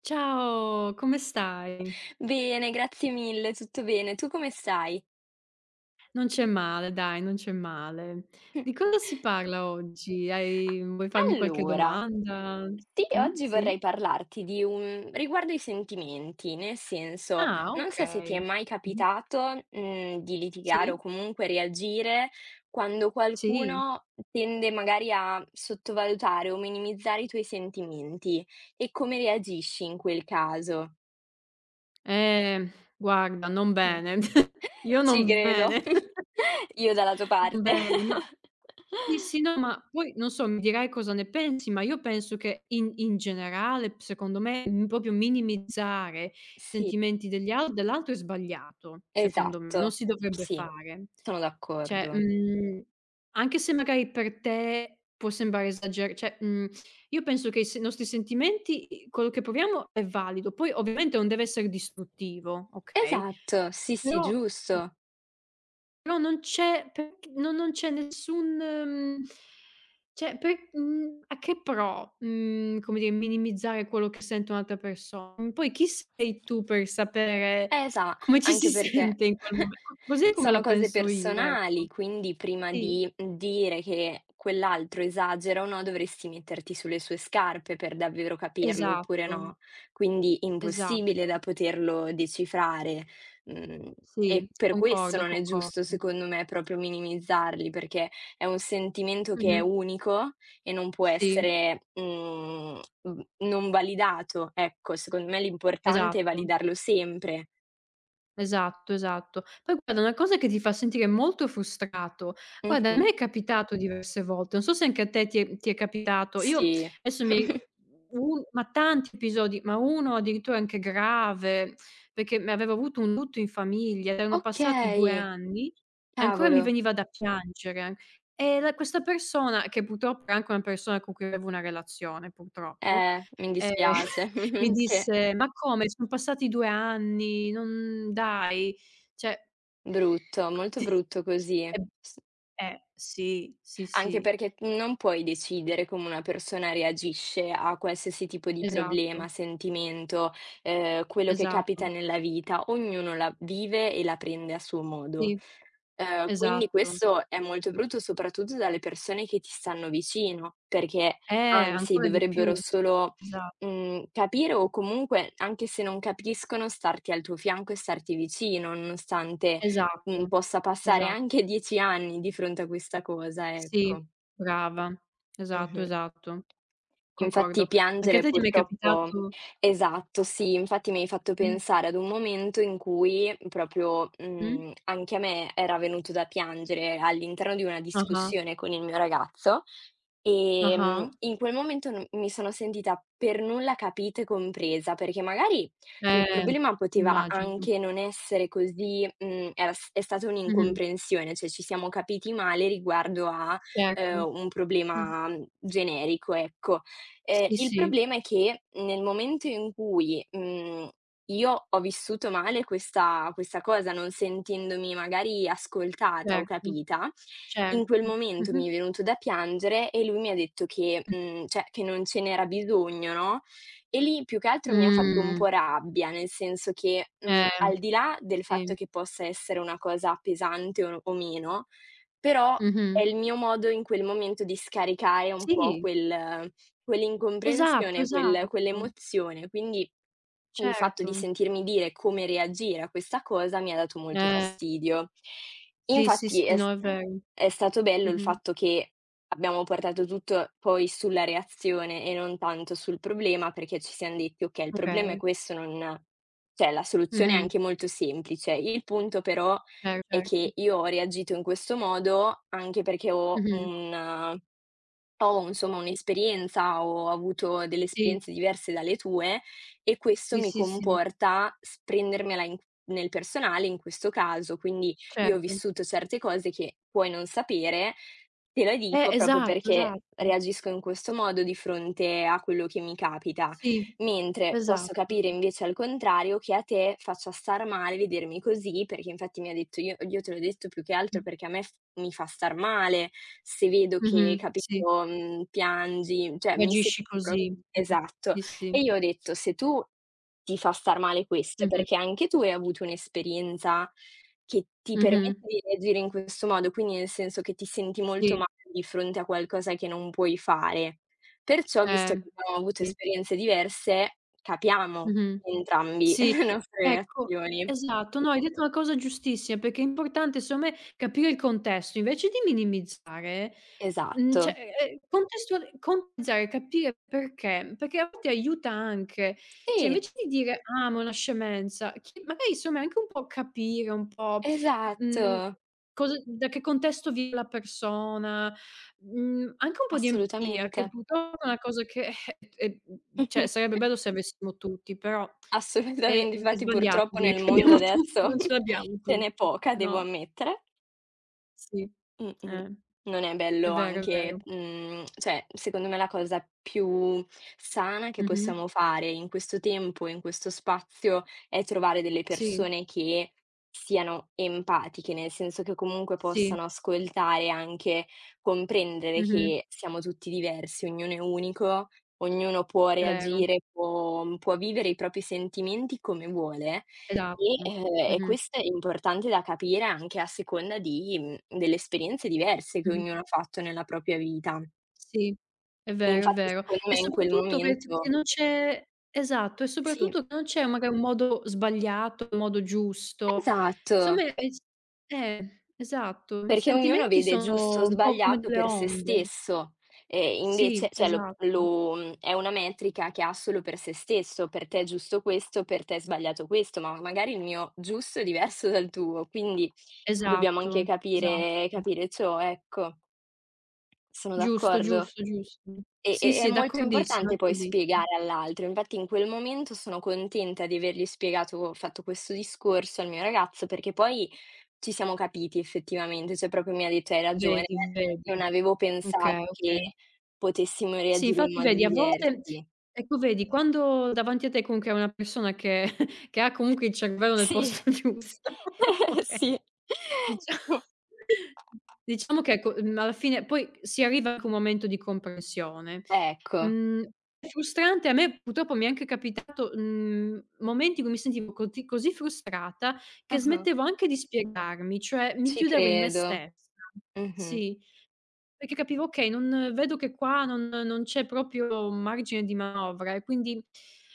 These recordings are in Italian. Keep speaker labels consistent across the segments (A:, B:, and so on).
A: Ciao, come stai?
B: Bene, grazie mille, tutto bene. Tu come stai?
A: Non c'è male, dai, non c'è male. Di cosa si parla oggi? Hai vuoi farmi qualche
B: Allora,
A: domanda?
B: sì, oggi vorrei
A: Sì?
B: parlarti di un riguardo i sentimenti, nel senso,
A: Ah,
B: non so se ti è
A: okay.
B: mai
A: Mh-mh.
B: capitato, di litigare o
A: Sì,
B: comunque reagire quando
A: sì.
B: qualcuno tende magari a sottovalutare o minimizzare i tuoi sentimenti e come reagisci in quel caso?
A: Eh, guarda, non
B: Mh.
A: bene. Io
B: Ci
A: non
B: credo.
A: bene.
B: Io dalla tua
A: Non
B: parte.
A: bene, ma sì, sì, no, ma poi non so, mi dirai cosa ne pensi, ma io penso che in generale, p secondo me, proprio minimizzare i
B: Sì.
A: sentimenti degli al dell'altro è sbagliato, secondo me, non
B: Esatto,
A: si dovrebbe
B: sì,
A: fare.
B: sono
A: Cioè,
B: d'accordo.
A: anche se magari per te può sembrare esager cioè, io penso che i se nostri sentimenti, i quello che proviamo è valido, poi ovviamente non deve essere distruttivo, okay,
B: Esatto, sì, sì,
A: però
B: giusto.
A: non c'è perch no, non c'è nessun, cioè, a che pro, come dire, minimizzare quello che sente un'altra persona? Mhmm, Poi chi sei tu per sapere
B: Sa,
A: come ci
B: anche
A: si
B: perché
A: sente in quel momento? Così è come
B: sono
A: la
B: cose
A: penso io,
B: personali,
A: ecco.
B: quindi prima
A: Sì,
B: di dire che quell'altro esagera o no, dovresti metterti sulle sue scarpe per davvero capirlo oppure
A: esatto,
B: no. Quindi impossibile da
A: esatto.
B: poterlo decifrare, mhmm, e
A: Sì,
B: per questo
A: concordo,
B: non è giusto
A: concordo.
B: secondo me proprio minimizzarli, perché è un sentimento che è
A: Mh-mh.
B: unico e non può
A: Sì,
B: essere, non validato, ecco. Secondo me l'importante è
A: esatto.
B: validarlo sempre.
A: Esatto, esatto. Poi guarda una cosa che ti fa sentire molto frustrato, guarda, a
B: Mh-mh.
A: me è capitato diverse volte, non so se anche a te ti è capitato. Io
B: Sì.
A: adesso mi un ma tanti episodi, ma uno addirittura anche grave, perché me avevo avuto un lutto in famiglia, erano passati 2
B: Okay,
A: anni e ancora mi
B: cavolo.
A: veniva da piangere. E la questa persona, che purtroppo era anche una persona con cui avevo una relazione, purtroppo.
B: Mi
A: Ehm,
B: dispiace.
A: Mi
B: Che
A: disse: "Ma come? Son passati 2 anni, non dai, cioè".
B: brutto, molto brutto così.
A: Eh,
B: S
A: sì, sì,
B: anche
A: sì,
B: perché non puoi decidere come una persona reagisce a qualsiasi tipo di
A: esatto,
B: problema, sentimento, quello che capita
A: esatto,
B: nella vita. Ognuno la vive e la prende a suo modo.
A: sì,
B: Quindi
A: esatto.
B: questo è molto brutto, soprattutto dalle persone che ti stanno vicino, perché
A: Eh,
B: anzi
A: ancora di
B: dovrebbero
A: più.
B: solo,
A: Esa
B: capire o comunque, anche se non capiscono, starti al tuo fianco e starti vicino, nonostante,
A: esatto,
B: possa passare
A: esatto.
B: anche 10 anni di fronte a questa cosa,
A: Sì,
B: ecco.
A: brava. Esatto,
B: Mh-mh.
A: esatto,
B: Infatti
A: concordo. Anche a
B: piangere
A: te ti è mai
B: purtroppo
A: capitato?
B: esatto, sì, infatti mi hai fatto
A: Mh,
B: pensare ad un momento in cui proprio,
A: mh?
B: anche a me era venuto da piangere all'interno di una
A: Ah-ah,
B: discussione con il mio ragazzo.
A: ah-ah.
B: In quel momento non mi sono sentita per nulla capita e compresa, perché magari il
A: Eh,
B: problema poteva
A: immagino.
B: anche non essere così era s è stata
A: Mh-mh,
B: un'incomprensione, cioè ci siamo capiti male riguardo a,
A: certo.
B: un
A: Mh.
B: problema, generico, ecco.
A: Sì,
B: Il
A: sì,
B: problema è che nel momento in cui, mhmm io ho vissuto male questa cosa, non sentendomi magari ascoltata o
A: certo,
B: capita. In quel
A: certo.
B: momento mi è
A: Mh-mh.
B: venuto da piangere e lui mi ha detto che cioè che non ce n'era bisogno, no, e lì più che altro mi ha fatto un po'
A: Mh.
B: rabbia, nel senso che,
A: Eh,
B: al di là del fatto
A: sì.
B: che possa essere una cosa pesante o meno, però è
A: Mh-mh.
B: il mio modo in quel momento di scaricare un po'
A: Sì,
B: quel
A: esatto,
B: quell'incomprensione,
A: esatto,
B: quell'emozione, quindi il fatto di
A: certo.
B: sentirmi dire come reagire a questa cosa mi ha dato molto
A: Eh,
B: fastidio.
A: sì, sì,
B: Infatti
A: sì, no, è vero.
B: è stato bello il
A: Mh-mh.
B: fatto che abbiamo portato tutto poi sulla reazione e non tanto sul problema, perché ci siam detti: "Okay, il problema è
A: Okay.
B: questo, non cioè la soluzione è
A: Mh-mh.
B: anche molto semplice. Il punto però è
A: Certo.
B: che io ho reagito in questo modo anche perché ho
A: Mh-mh.
B: un". Ho insomma un'esperienza, o ho avuto delle
A: Sì,
B: esperienze diverse dalle tue, e questo
A: sì,
B: mi
A: sì, sì,
B: comporta s prendermela in nel personale in questo caso, quindi io ho
A: certo.
B: vissuto certe cose che puoi non sapere, te la dico proprio
A: Esatto,
B: perché
A: esatto.
B: reagisco in questo modo di fronte a quello che mi capita.
A: Sì,
B: Mentre posso
A: esatto.
B: capire invece al contrario che a te faccia star male vedermi così, perché infatti mi ha detto io te l'ho detto più che
A: Mh.
B: altro perché a me f mi fa star male se vedo
A: Mh-mh.
B: che,
A: Sì,
B: capito, piangi, cioè mi
A: reagisci
B: sento pro
A: così. Mh-mh.
B: esatto.
A: Sì, sì.
B: E io ho detto: "Se tu ti fa star male questo, è
A: Mh-mh.
B: perché anche tu hai avuto un'esperienza che ti
A: Mh-mh.
B: permette di reagire in questo modo, quindi nel senso che ti senti molto
A: Sì.
B: male di fronte a qualcosa che non puoi fare". Perciò, visto
A: Eh,
B: che abbiamo avuto
A: sì.
B: esperienze diverse, capiamo
A: Mh-mh.
B: entrambi
A: Sì,
B: le nostre
A: ecco,
B: reazioni.
A: esatto. No, hai detto una cosa giustissima, perché è importante, secondo me, capire il contesto, invece di minimizzare. Cioè,
B: Esatto.
A: contestualizzare, capire perché, perché a volte aiuta anche. Cioè,
B: Sì,
A: invece di dire: "Ah, ma è una scemenza", chi magari insomma anche un po' capire un po',
B: esatto,
A: mhmm, cosa da che contesto vive la persona, anche un po' di empatia,
B: assolutamente.
A: che purtroppo è una cosa che, cioè
B: Mh-mh.
A: sarebbe bello se avessimo tutti, però
B: Assolutamente.
A: è
B: Infatti
A: sbagliato
B: purtroppo
A: dire
B: nel
A: che
B: mondo
A: abbiamo tutti,
B: adesso
A: non ce l'abbiamo
B: ce n'è
A: tutti.
B: poca, devo
A: No,
B: ammettere.
A: sì.
B: Mh-mh.
A: Eh,
B: Non è
A: è
B: bello
A: vero, è
B: anche
A: vero.
B: cioè, secondo me la cosa più sana che
A: Mh-mh.
B: possiamo fare in questo tempo, in questo spazio, è trovare delle
A: Sì,
B: persone che siano empatiche, nel senso che comunque
A: sì,
B: possano ascoltare, anche comprendere
A: mh-mh,
B: che siamo tutti diversi, ognuno è unico, ognuno può
A: è vero,
B: reagire, può vivere i propri sentimenti come vuole
A: esatto.
B: sì, e
A: Mh-mh,
B: questo è importante da capire anche a seconda di delle esperienze diverse che
A: mh-mh.
B: ognuno ha fatto nella propria vita.
A: Sì, è vero, è
B: Infatti
A: vero.
B: secondo
A: E
B: me in quel
A: soprattutto che
B: momento
A: non c'è, esatto, e
B: sì,
A: soprattutto che non c'è magari un modo sbagliato, un modo giusto. Insomma
B: esatto,
A: è s esatto, i
B: perché ognuno
A: sentimenti
B: vede giusto o
A: sono un po' come
B: sbagliato
A: delle
B: per se
A: onde.
B: stesso, e invece
A: Sì,
B: cioè lo
A: esatto,
B: lo è una metrica che ha solo per se stesso, per te è giusto questo, per te è sbagliato questo, ma magari il mio giusto è diverso dal tuo, quindi dobbiamo anche
A: esatto, esatto.
B: capire ciò, ecco. Sono
A: Giusto,
B: d'accordo.
A: giusto, giusto. Sì,
B: È
A: sì,
B: molto
A: d'accordissimo,
B: importante poi
A: d'accordissimo.
B: spiegare all'altro. Infatti in quel momento sono contenta di avergli spiegato fatto questo discorso al mio ragazzo, perché poi ci siamo capiti effettivamente, cioè proprio mi ha detto: "Hai ragione,
A: Vedi,
B: non
A: vedi.
B: avevo
A: Okay,
B: pensato che
A: okay.
B: potessimo
A: Sì,
B: reagire in
A: infatti
B: modi
A: vedi a volte,
B: diversi".
A: ecco vedi, quando davanti a te comunque hai una persona che che ha comunque il cervello nel
B: Sì.
A: posto giusto, okay,
B: Sì.
A: dicia diciamo che ecco, alla fine poi si arriva anche a un momento di comprensione.
B: Ecco.
A: Mhmm, è frustrante, a me purtroppo mi è anche capitato, momenti in cui mi sentivo coti così frustrata che
B: Mh-mh.
A: smettevo anche di spiegarmi, cioè mi
B: Ci
A: chiudevo in me
B: credo.
A: stessa.
B: Mh-mh.
A: Sì. Perché capivo: okay, non vedo, che qua non c'è proprio margine di manovra e quindi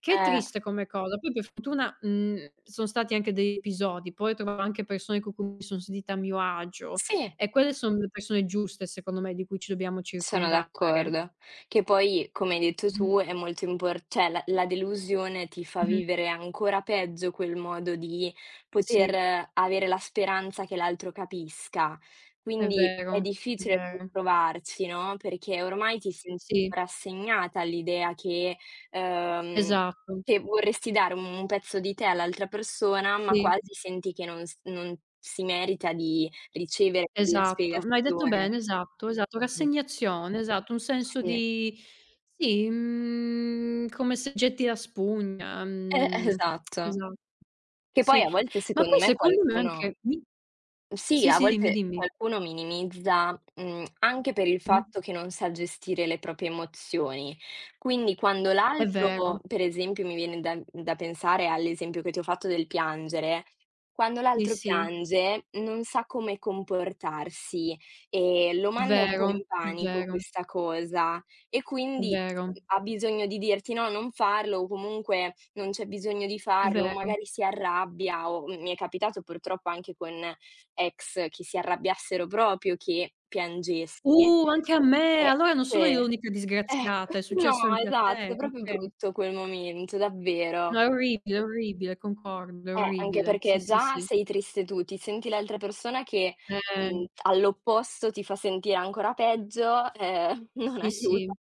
A: che è
B: Eh,
A: triste come cosa. Poi per fortuna, son stati anche degli episodi, poi ho trovato anche persone con cui mi son sentita a mio agio
B: sì.
A: e quelle son le persone giuste secondo me di cui ci dobbiamo
B: Sono
A: circondare.
B: d'accordo. Che poi, come hai detto
A: Mh.
B: tu, è molto impor cioè la delusione ti fa
A: Mh-mh.
B: vivere ancora peggio quel modo di
A: Sì,
B: poter avere la speranza che l'altro capisca.
A: è
B: Quindi è
A: vero, è
B: difficile
A: vero.
B: provarci, no, perché ormai ti senti
A: Sì,
B: rassegnata all'idea ehm,
A: esatto.
B: che vorresti dare un pezzo di te all'altra persona, ma
A: Sì.
B: quasi senti che non si merita di ricevere quella
A: Esatto, no, hai detto
B: spiegazione.
A: bene, esatto, esatto,
B: Mh-mh.
A: rassegnazione, esatto, un senso
B: Sì.
A: di sì, come se getti la spugna,
B: Esatto.
A: esa
B: Che poi
A: sì.
B: a volte
A: Ma
B: secondo
A: poi
B: me
A: secondo me
B: qualcuno
A: anche mi
B: sì,
A: sì,
B: a
A: sì, dimmi,
B: volte
A: dimmi.
B: qualcuno minimizza, anche per il
A: Mh-mh.
B: fatto che non sa gestire le proprie emozioni. Quindi quando
A: È
B: l'altro
A: vero,
B: per esempio mi viene da pensare all'esempio che ti ho fatto del piangere, quando
A: sì,
B: l'altro
A: sì,
B: piange non sa come comportarsi e lo
A: è
B: manda un po'
A: vero,
B: in
A: è
B: panico
A: vero,
B: questa cosa e
A: è
B: quindi
A: vero,
B: ha bisogno di dirti: "No, non farlo" o comunque: "Non c'è bisogno di
A: è
B: farlo", o
A: vero.
B: magari si arrabbia o mi è capitato purtroppo anche con ex che si arrabbiassero proprio, che piangessi.
A: Anche a me!
B: E
A: Allora non sono io
B: que
A: l'unica
B: ecco,
A: disgraziata, è successo
B: no,
A: anche a
B: esatto,
A: te,
B: proprio
A: okay.
B: brutto quel momento,
A: No,
B: davvero.
A: è orribile, concordo, è
B: Anche
A: orribile.
B: perché
A: Sì, sì,
B: già
A: sì.
B: sei triste tu, ti senti l'altra persona che,
A: Eh.
B: all'opposto ti fa sentire ancora peggio, non
A: Sì,
B: aiuta.
A: sì.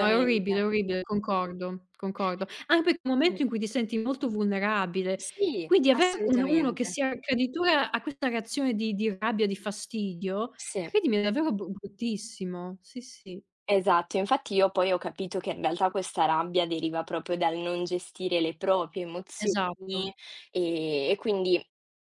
A: No, è orribile, concordo, concordo. Anche perché è un
B: Mh.
A: momento in cui ti senti molto vulnerabile,
B: Sì,
A: quindi avere un uno che
B: assolutamente.
A: sia che addirittura ha questa reazione di rabbia, di fastidio,
B: Sì.
A: credimi, è davvero bruttissimo. Sì, sì,
B: Esatto, infatti io poi ho capito che in realtà questa rabbia deriva proprio dal non gestire le proprie
A: esatto.
B: emozioni, e quindi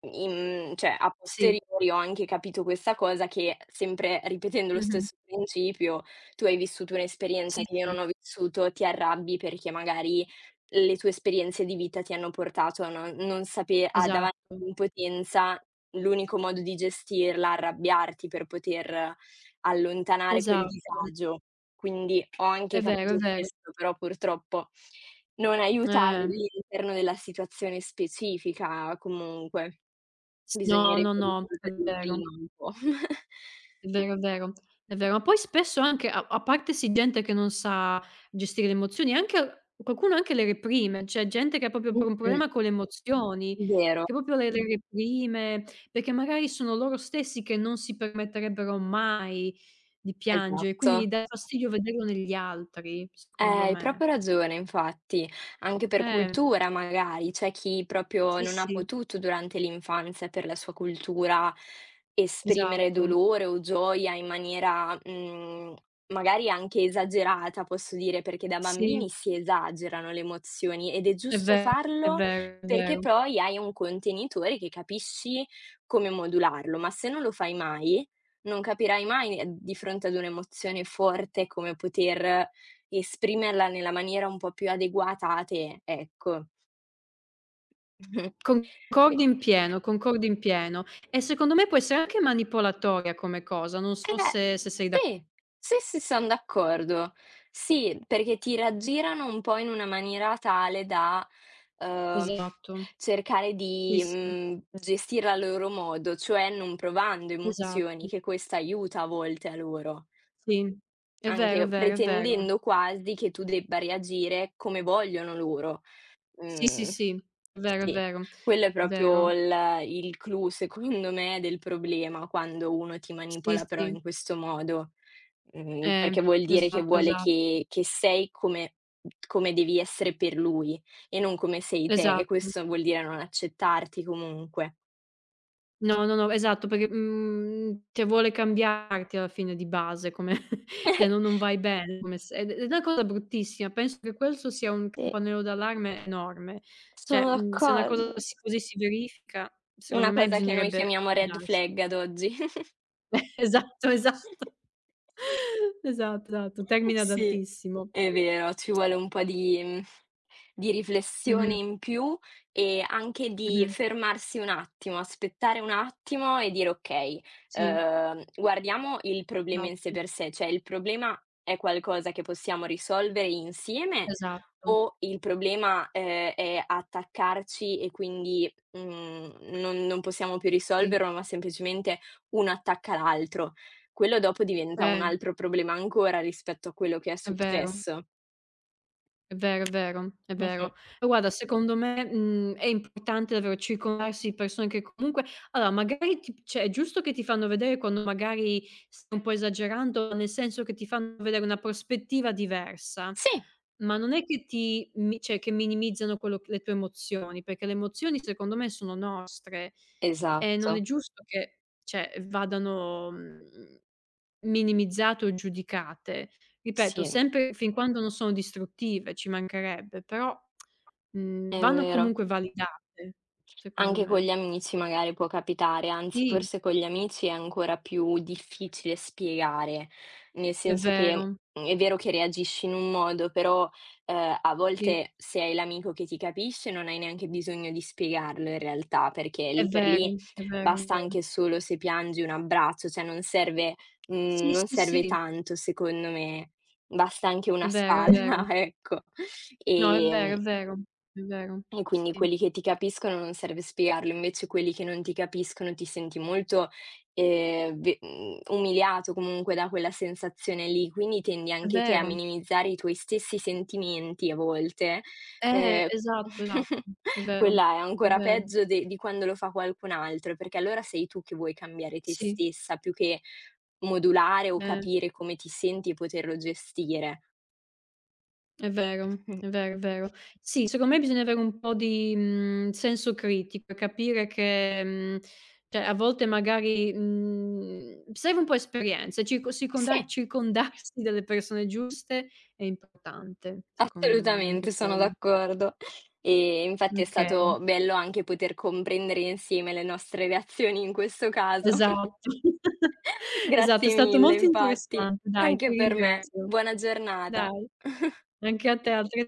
B: in cioè a
A: Sì.
B: posteriori ho anche capito questa cosa che, sempre ripetendo lo
A: Mh-mh.
B: stesso principio, tu hai vissuto un'esperienza
A: Sì,
B: che io
A: sì,
B: non ho vissuto, ti arrabbi perché magari le tue esperienze di vita ti hanno portato a non sape a davanti
A: esatto,
B: all'impotenza, l'unico modo di gestirla, arrabbiarti per poter allontanare quel
A: esatto.
B: disagio. Quindi ho anche
A: È vero, è
B: capito
A: vero.
B: questo, però purtroppo non aiuta
A: Eh.
B: l'interno della situazione specifica comunque.
A: S no,
B: Bisognerebbe
A: no, no, è
B: risolverlo
A: vero.
B: prima un po'.
A: È vero, è vero, è vero. Ma poi spesso anche a parte, sì, gente che non sa gestire le emozioni, anche qualcuno anche le reprime, cioè gente che ha proprio pro un
B: Mh-mh,
A: problema con le emozioni,
B: vero,
A: che proprio le reprime, perché magari sono loro stessi che non si permetterebbero mai di piangere, quindi
B: esatto.
A: dà fastidio vederlo negli altri, secondo
B: Hai
A: me.
B: proprio ragione infatti, anche per
A: Eh,
B: cultura magari, c'è chi proprio
A: sì,
B: non ha
A: sì,
B: potuto durante l'infanzia, per la sua cultura, esprimere
A: esatto.
B: dolore o gioia in maniera, magari anche esagerata, posso dire, perché da
A: Sì,
B: bambini si esagerano le emozioni ed è
A: è
B: giusto
A: vero, è
B: farlo,
A: vero, è
B: perché
A: vero.
B: poi hai un contenitore che capisci come modularlo, ma se non lo fai mai, non capirai mai, di fronte ad un'emozione forte come poter esprimerla nella maniera un po' più adeguata a te, ecco. Mh-mh. Qui
A: Concordo in pieno, concordo in pieno. E secondo me può essere anche manipolatoria come cosa, non so
B: eh,
A: se sei d'ac
B: sì, sì, sì, son d'accordo. Sì, perché ti raggirano un po' in una maniera tale da, uhm,
A: esatto.
B: cercare
A: Sì,
B: di,
A: sì,
B: gestirla a loro modo, cioè non provando emozioni,
A: esatto.
B: che questo aiuta a volte a loro,
A: Sì, è vero,
B: anche
A: è vero, è vero.
B: pretendendo quasi che tu debba reagire come vogliono loro.
A: Sì, sì,
B: Mhmm,
A: sì, è vero, è
B: sì,
A: vero,
B: quello è
A: è
B: proprio
A: vero.
B: il clou secondo me del problema, quando uno ti
A: Sì,
B: manipola però
A: sì,
B: in questo modo,
A: eh,
B: perché vuol dire che
A: esatto,
B: vuole che sei come come devi essere per lui e non come sei te, e
A: esatto.
B: questo vuol dire non accettarti comunque.
A: No, no, no, esatto, perché, cioè vuole cambiarti alla fine di base come cioè non vai bene come se ed è una cosa bruttissima. Penso che questo sia un
B: Sì,
A: campanello d'allarme enorme.
B: sono
A: Cioè, se una
B: d'accordo.
A: cosa così si verifica,
B: Una
A: secondo me
B: cosa che noi
A: bisognerebbe
B: chiamiamo red
A: andarsene.
B: flag ad oggi.
A: Esatto, esatto. Esatto, esatto, termine
B: Sì.
A: adattissimo.
B: È vero, ci vuole un po' di di riflessione
A: Mh-mh,
B: in più e anche di
A: mh-mh.
B: fermarsi un attimo, aspettare un attimo e dire: "Okay,
A: Sì,
B: guardiamo il problema in sé
A: esatto,
B: per sé." Cioè, il problema è qualcosa che possiamo risolvere insieme
A: esatto.
B: o il problema, è attaccarci e quindi, non possiamo più
A: Sì,
B: risolverlo, ma semplicemente uno attacca l'altro? Quello dopo diventa un
A: eh,
B: altro problema ancora rispetto a quello che è
A: è vero.
B: successo.
A: È vero, è vero, è
B: Mh-mh.
A: vero. Ma guarda, secondo me, è importante davvero circondarsi di persone che comunque allora magari ti cioè è giusto che ti fanno vedere quando magari stai un po' esagerando, nel senso che ti fanno vedere una prospettiva diversa.
B: Sì,
A: Ma non è che ti mi cioè che minimizzano quello che le tue emozioni, perché le emozioni secondo me sono nostre e non è
B: esatto.
A: giusto che, cioè, vadano, minimizzate o giudicate. Ripeto,
B: Sì,
A: sempre fin quando non sono distruttive, ci mancherebbe, però,
B: è
A: vanno
B: vero.
A: comunque validate, secondo
B: Anche con
A: me.
B: gli amici magari può capitare, anzi
A: Sì,
B: forse con gli amici è ancora più difficile spiegare, nel
A: è
B: senso che,
A: vero,
B: è vero che reagisci in un modo, però, a
A: sì,
B: volte se hai l'amico che ti capisce non hai neanche bisogno di spiegarlo in realtà, perché
A: è
B: lì per
A: vero,
B: lì
A: è vero, è
B: basta
A: vero.
B: anche solo se piangi un abbraccio, cioè non serve
A: Sì,
B: non
A: sì,
B: serve
A: sì,
B: tanto secondo me, basta anche una
A: è vero, è vero.
B: spalla, ecco.
A: No, è vero,
B: Ehm
A: è vero, è vero,
B: e quindi
A: sì.
B: quelli che ti capiscono non serve spiegarlo, invece quelli che non ti capiscono ti senti molto, ve umiliato comunque da quella sensazione lì, quindi tendi
A: È
B: anche te a
A: vero.
B: minimizzare i tuoi stessi sentimenti a volte, ehm,
A: Esatto, esatto. È vero,
B: quella è
A: è
B: ancora
A: vero.
B: peggio de di quando lo fa qualcun altro, perché allora sei tu che vuoi cambiare te
A: Sì,
B: stessa, più che modulare o
A: eh,
B: capire come ti senti e poterlo gestire.
A: è vero, è vero, è vero. Sì, secondo me bisogna avere un po' di, senso critico e capire che, cioè a volte magari, serve un po' esperienza, e
B: Sì.
A: circondarsi delle persone giuste è importante, secondo me,
B: Assolutamente,
A: anche
B: sono
A: quello.
B: d'accordo. Infatti è
A: Okay,
B: stato bello anche poter comprendere insieme le nostre reazioni in questo caso.
A: esatto. Esatto, è
B: Grazie
A: stato
B: mille
A: molto
B: infatti,
A: interessante. Dai, ti
B: anche per me.
A: ringrazio.
B: Buona giornata.
A: Dai, anche a te, altret